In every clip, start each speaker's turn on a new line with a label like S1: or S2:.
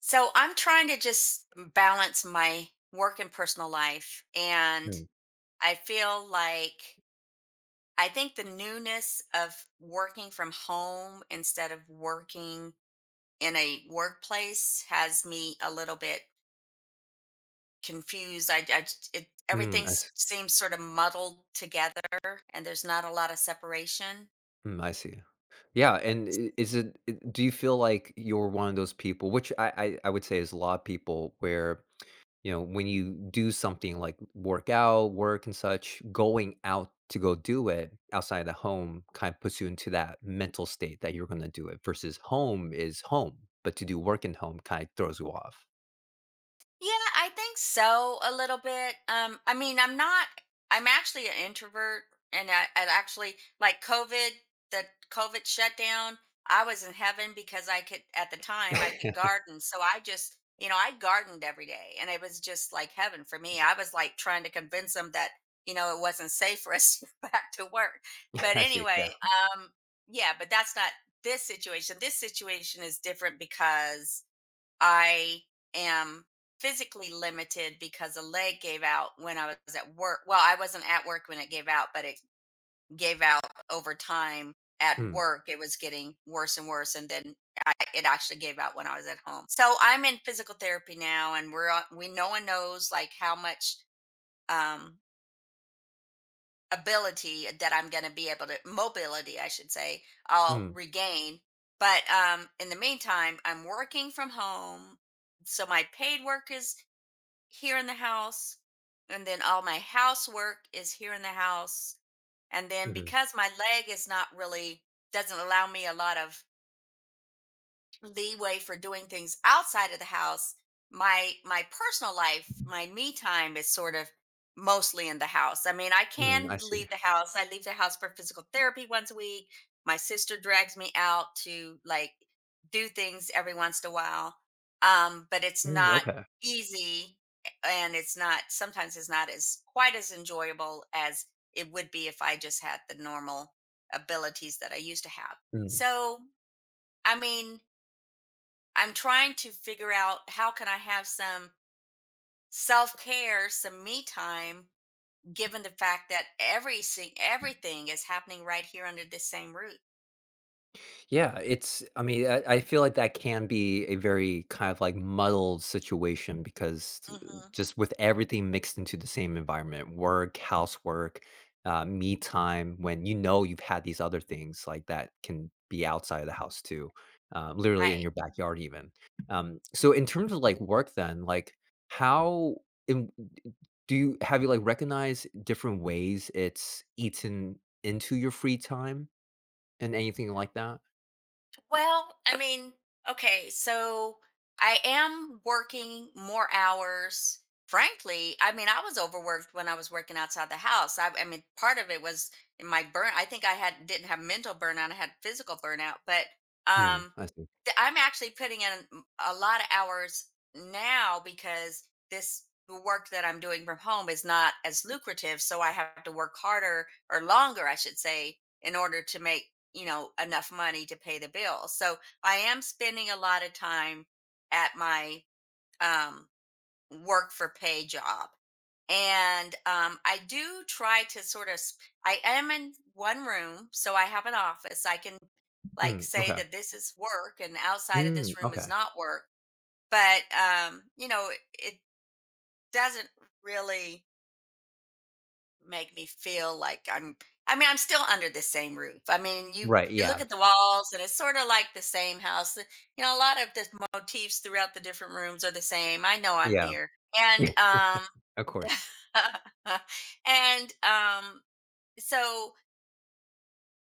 S1: So I'm trying to just balance my work and personal life. And
S2: Mm.
S1: I feel like I think the newness of working from home instead of working in a workplace has me a little bit confused.
S2: Mm,
S1: Everything
S2: I s
S1: seems sort of muddled together and there's not a lot of separation.
S2: mm, I see. Yeah, and I is it I do you feel like you're one of those people which I would say is a lot of people where, when you do something like work out, work and such, going out to go do it outside of the home kind of puts you into that mental state that you're gonna do it versus home is home, but to do work in home kind of throws you off.
S1: Yeah, I think so a little bit. I mean, I'm not. I'm actually an introvert, and I actually like COVID. The COVID shutdown. I was in heaven because I could at the time I could garden, so I just I gardened every day, and it was just like heaven for me. I was like trying to convince them that it wasn't safe for us to go back to work. But
S2: I see, yeah.
S1: anyway, um, yeah, but that's not this situation. This situation is different because I am physically limited because a leg gave out when I was at work. Well, I wasn't at work when it gave out, but it gave out over time at
S2: Mm,
S1: work. It was getting worse and worse, and then it actually gave out when I was at home. So I'm in physical therapy now, and we no one knows like how much um, ability that I'm going to be able to mobility, I should say, I'll
S2: mm,
S1: regain. But in the meantime, I'm working from home, so my paid work is here in the house, and then all my housework is here in the house, and then
S2: mhm,
S1: because my leg is not really, doesn't allow me a lot of leeway for doing things outside of the house, my personal life, my me time, is sort of mostly in the house. I mean, I
S2: mm,
S1: can
S2: I see.
S1: leave the house. I leave the house for physical therapy once a week. My sister drags me out to like do things every once in a while. But it's
S2: Mm,
S1: not
S2: okay.
S1: easy, and it's not sometimes it's not as quite as enjoyable as it would be if I just had the normal abilities that I used to have.
S2: Mm.
S1: So I mean, I'm trying to figure out how can I have some self-care, some me time, given the fact that everything is happening right here under the same roof.
S2: Yeah, it's I mean, I feel like that can be a very kind of like muddled situation because
S1: Mhm.
S2: just with everything mixed into the same environment, work, housework, me time, when you know you've had these other things like that can be outside of the house too, literally in
S1: Right.
S2: your backyard even. So in terms of like work then, like how in, do you have you like recognized different ways it's eaten into your free time and anything like that?
S1: Well, I mean, okay, so I am working more hours. Frankly, I mean, I was overworked when I was working outside the house. I mean, part of it was in my burn. I think I had didn't have mental burnout. I had physical burnout, but
S2: Mm,
S1: um,
S2: I see.
S1: I'm actually putting in a lot of hours now because this the work that I'm doing from home is not as lucrative. So I have to work harder or longer, I should say, in order to make enough money to pay the bills. So I am spending a lot of time at my um, work for pay job. And I do try to sort of I am in one room, so I have an office. I can like
S2: Mm,
S1: say
S2: okay.
S1: that this is work and outside of
S2: Mm,
S1: this room is
S2: okay.
S1: not work. But you know, it doesn't really make me feel like I'm, I mean, I'm still under the same roof. I mean,
S2: Right,
S1: you look
S2: yeah.
S1: at the walls and it's sort of like the same house. You know, a lot of the motifs throughout the different rooms are the same. I know I'm
S2: Yeah.
S1: here. And
S2: Of course.
S1: and so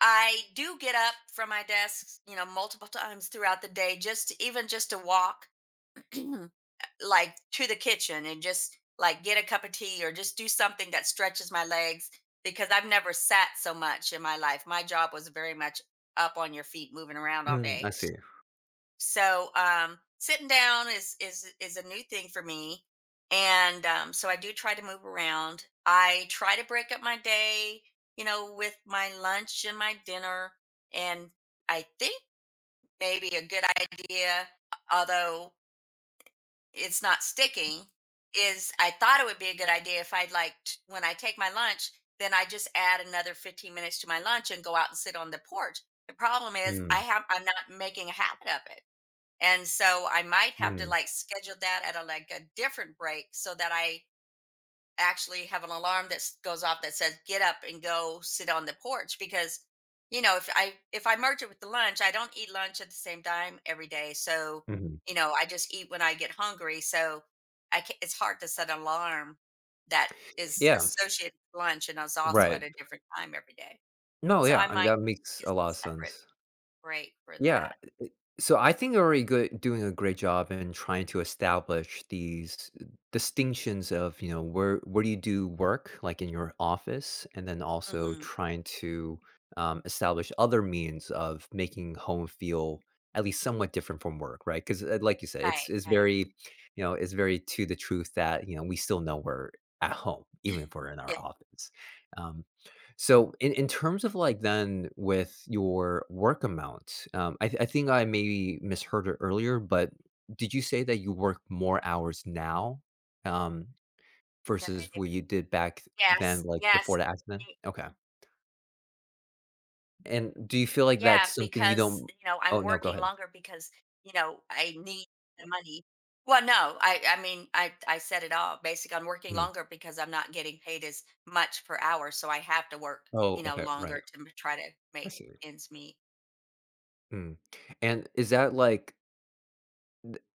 S1: I do get up from my desk, you know, multiple times throughout the day, just to, even just to walk like to the kitchen and just like get a cup of tea or just do something that stretches my legs, because I've never sat so much in my life. My job was very much up on your feet moving around all
S2: Mm,
S1: day.
S2: I see.
S1: So sitting down is a new thing for me. And so I do try to move around. I try to break up my day, you know, with my lunch and my dinner. And I think maybe a good idea, although it's not sticking, is I thought it would be a good idea if when I take my lunch, then I just add another 15 minutes to my lunch and go out and sit on the porch. The problem is
S2: Mm,
S1: I'm not making a habit of it. And so I might have to
S2: mm,
S1: like schedule that at a, like, a different break so that I actually have an alarm that goes off that says get up and go sit on the porch. Because you know, if I merge it with the lunch, I don't eat lunch at the same time every day. So
S2: mhm.
S1: you know, I just eat when I get hungry. So I can it's hard to set an alarm that is
S2: Yeah,
S1: associated with lunch and is also
S2: right.
S1: at a different time every day.
S2: No,
S1: So
S2: yeah,
S1: I
S2: I mean,
S1: might
S2: that makes
S1: get
S2: a lot of
S1: a separate
S2: sense.
S1: break for
S2: Yeah.
S1: that.
S2: So I think they're already good doing a great job in trying to establish these distinctions of, where do you do work, like in your office, and then also
S1: Hmm.
S2: trying to establish other means of making home feel at least somewhat different from work, right? Because like you said, it's
S1: right
S2: it's
S1: right
S2: very, it's very to the truth that we still know we're at home even if we're in
S1: Yeah,
S2: our office. Um, so in, terms of like then with your work amount, I think I maybe misheard it earlier, but did you say that you work more hours now um,
S1: the
S2: versus
S1: day
S2: what you
S1: before.
S2: did back then,
S1: yes
S2: like before
S1: yes
S2: the accident? Okay. And do you feel like
S1: Yeah,
S2: that's something you
S1: because,
S2: don't?
S1: you know,
S2: Oh
S1: I'm
S2: no, go
S1: working
S2: ahead.
S1: longer because, you know, I need the money. Well, no, I mean, I said it all. Basically, I'm working
S2: Mm.
S1: longer because I'm not getting paid as much per hour, so I have to work,
S2: Oh,
S1: you know,
S2: okay, right.
S1: longer to try to
S2: I
S1: make
S2: see.
S1: ends meet.
S2: Mm. And is that like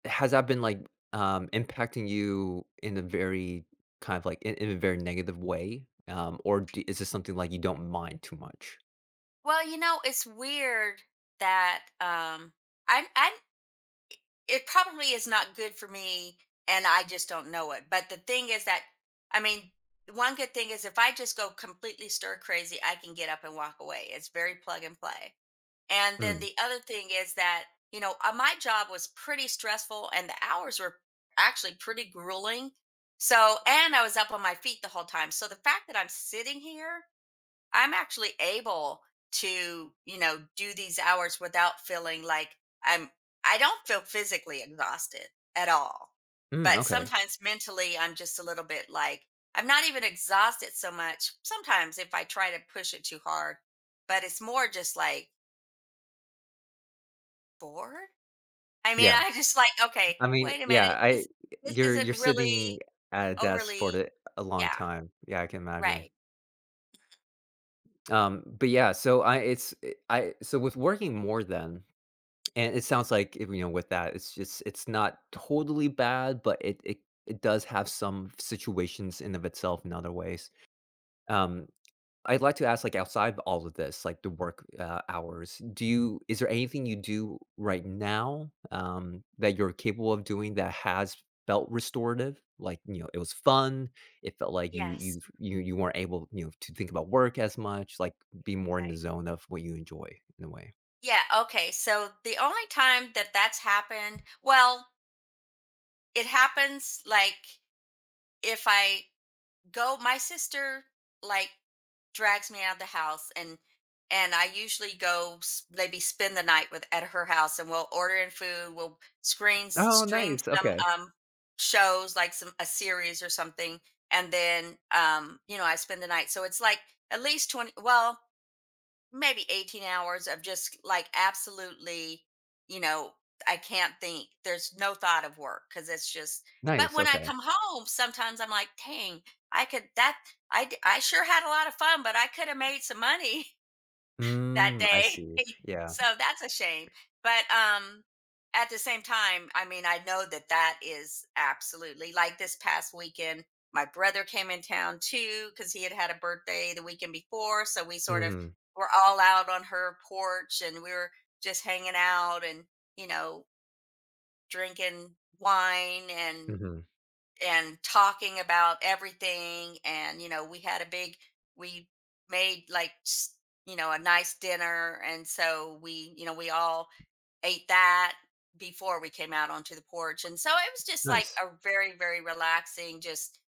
S2: Has that been, like, impacting you in a very kind of, like in a very negative way? Or d is this something, like, you don't mind too much?
S1: Well, you know, it's weird that I it probably is not good for me, and I just don't know it. But the thing is that, I mean, one good thing is if I just go completely stir crazy, I can get up and walk away. It's very plug and play. And then
S2: Mm.
S1: the other thing is that, you know, my job was pretty stressful, and the hours were actually pretty grueling. So, and I was up on my feet the whole time. So the fact that I'm sitting here, I'm actually able to, you know, do these hours without feeling like I'm I don't feel physically exhausted at all.
S2: Mm,
S1: But
S2: okay.
S1: sometimes mentally, I'm just a little bit like, I'm not even exhausted so much. Sometimes if I try to push it too hard, but it's more just like bored. I mean,
S2: Yeah.
S1: I just like, okay,
S2: I mean,
S1: wait a
S2: yeah,
S1: minute.
S2: I
S1: This isn't
S2: you're
S1: really
S2: sitting at a desk for
S1: overly,
S2: the a long
S1: yeah,
S2: time. Yeah, I can imagine.
S1: right.
S2: But yeah, so I it's eh, I so with working more then and it sounds like, with that, it's just it's not totally bad, but it does have some situations in of itself in other ways. Um I'd like to ask, like, outside of all of this, like the work, hours, do you is there anything you do right now, that you're capable of doing that has felt restorative? Like, it was fun, it felt like you
S1: Yes.
S2: you you you weren't able, to think about work as much, like, be more in the
S1: Right.
S2: zone of what you enjoy in a way.
S1: Yeah, okay. So the only time that that's happened, well, it happens like if I go, my sister like drags me out of the house, and I usually maybe spend the night with at her house, and we'll order in food, we'll screen
S2: Oh,
S1: stream
S2: nice,
S1: some
S2: okay.
S1: shows, like some a series or something. And then you know, I spend the night. So it's like at least 20, well, maybe 18 hours of just like absolutely, you know, I can't think. There's no thought of work because it's just, but
S2: Nice,
S1: when I
S2: okay.
S1: come home, sometimes I'm like, dang, I could, that, I, d- I sure had a lot of fun, but I could have made some money that
S2: Mm, I
S1: day.
S2: see, yeah.
S1: So that's a shame. But at the same time, I mean, I know that that is absolutely, like, this past weekend, my brother came in town too because he had had a birthday the weekend before. So we sort of
S2: Mhm,
S1: were all out on her porch, and we were just hanging out and, you know, drinking wine
S2: mhm,
S1: and talking about everything. And you know, we had a big, we made like you know, a nice dinner, and so we, you know, we all ate that before we came out onto the porch. And so it was just like
S2: nice.
S1: a very, very relaxing, just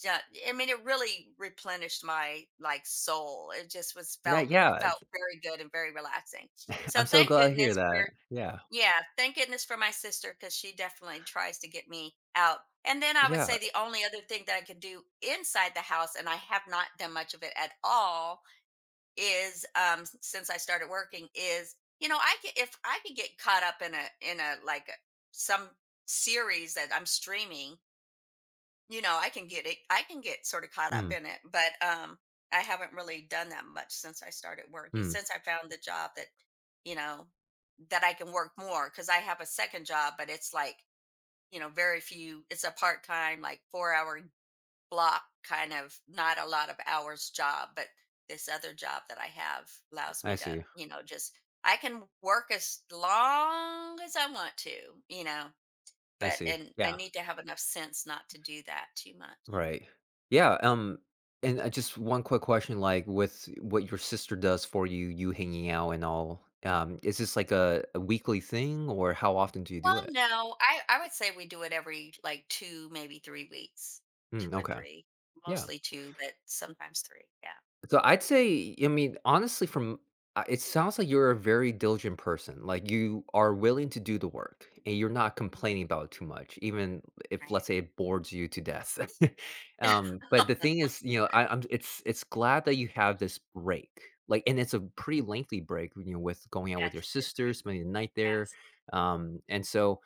S1: ju- I mean, it really replenished my like soul. It just was
S2: Yeah,
S1: felt, it
S2: yeah,
S1: felt very good and very relaxing. So
S2: I'm so
S1: thank
S2: glad to hear
S1: goodness for,
S2: that. Yeah,
S1: yeah, thank goodness for my sister, because she definitely tries to get me out. And then I would
S2: yeah.
S1: say the only other thing that I could do inside the house, and I have not done much of it at all, is since I started working, is you know, I could, if I could get caught up in a like a, some series that I'm streaming, you know, I can get it. I can get sort of caught up
S2: Mm,
S1: in it, but I haven't really done that much since I started working.
S2: mm.
S1: Since I found the job that, you know, that I can work more because I have a second job, but it's like, you know, very few. It's a part time, like, 4 hour block kind of, not a lot of hours job. But this other job that I have allows
S2: I
S1: me to,
S2: see.
S1: you know, just I can work as long as I want to, you know.
S2: I
S1: But
S2: see.
S1: and I
S2: Yeah.
S1: need to have enough sense not to do that too much.
S2: Right. Yeah. And just one quick question, like with what your sister does for you, you hanging out and all. Is this like a weekly thing, or how often do you do
S1: Well,
S2: it?
S1: no, I would say we do it every, like, 2, maybe 3 weeks. 2
S2: Mm,
S1: or
S2: okay.
S1: 3,
S2: Yeah.
S1: mostly 2, but sometimes 3, yeah.
S2: So I'd say, I mean, honestly, from it sounds like you're a very diligent person. Like you are willing to do the work and you're not
S1: Mhm,
S2: complaining about it too much, even if
S1: right?
S2: let's say it bores you to death. um, but the thing is, I, I'm it's glad that you have this break. Like, and it's a pretty lengthy break, with going out
S1: Yeah,
S2: with your
S1: it's a good
S2: sister,
S1: break,
S2: spending the night there.
S1: yes.
S2: Um, and so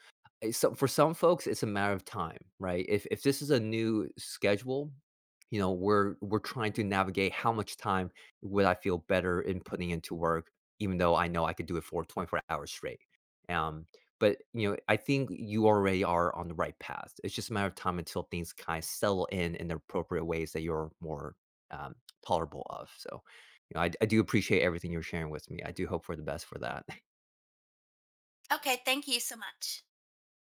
S2: uh, so for some folks, it's a matter of time, right? If this is a new schedule, we're trying to navigate how much time would I feel better in putting into work, even though I know I could do it for 24 hours straight. Um, but I think you already are on the right path. It's just a matter of time until things kind of settle in the appropriate ways that you're more um, tolerable of. So, I do appreciate everything you're sharing with me. I do hope for the best for that.
S1: Okay, thank you so much.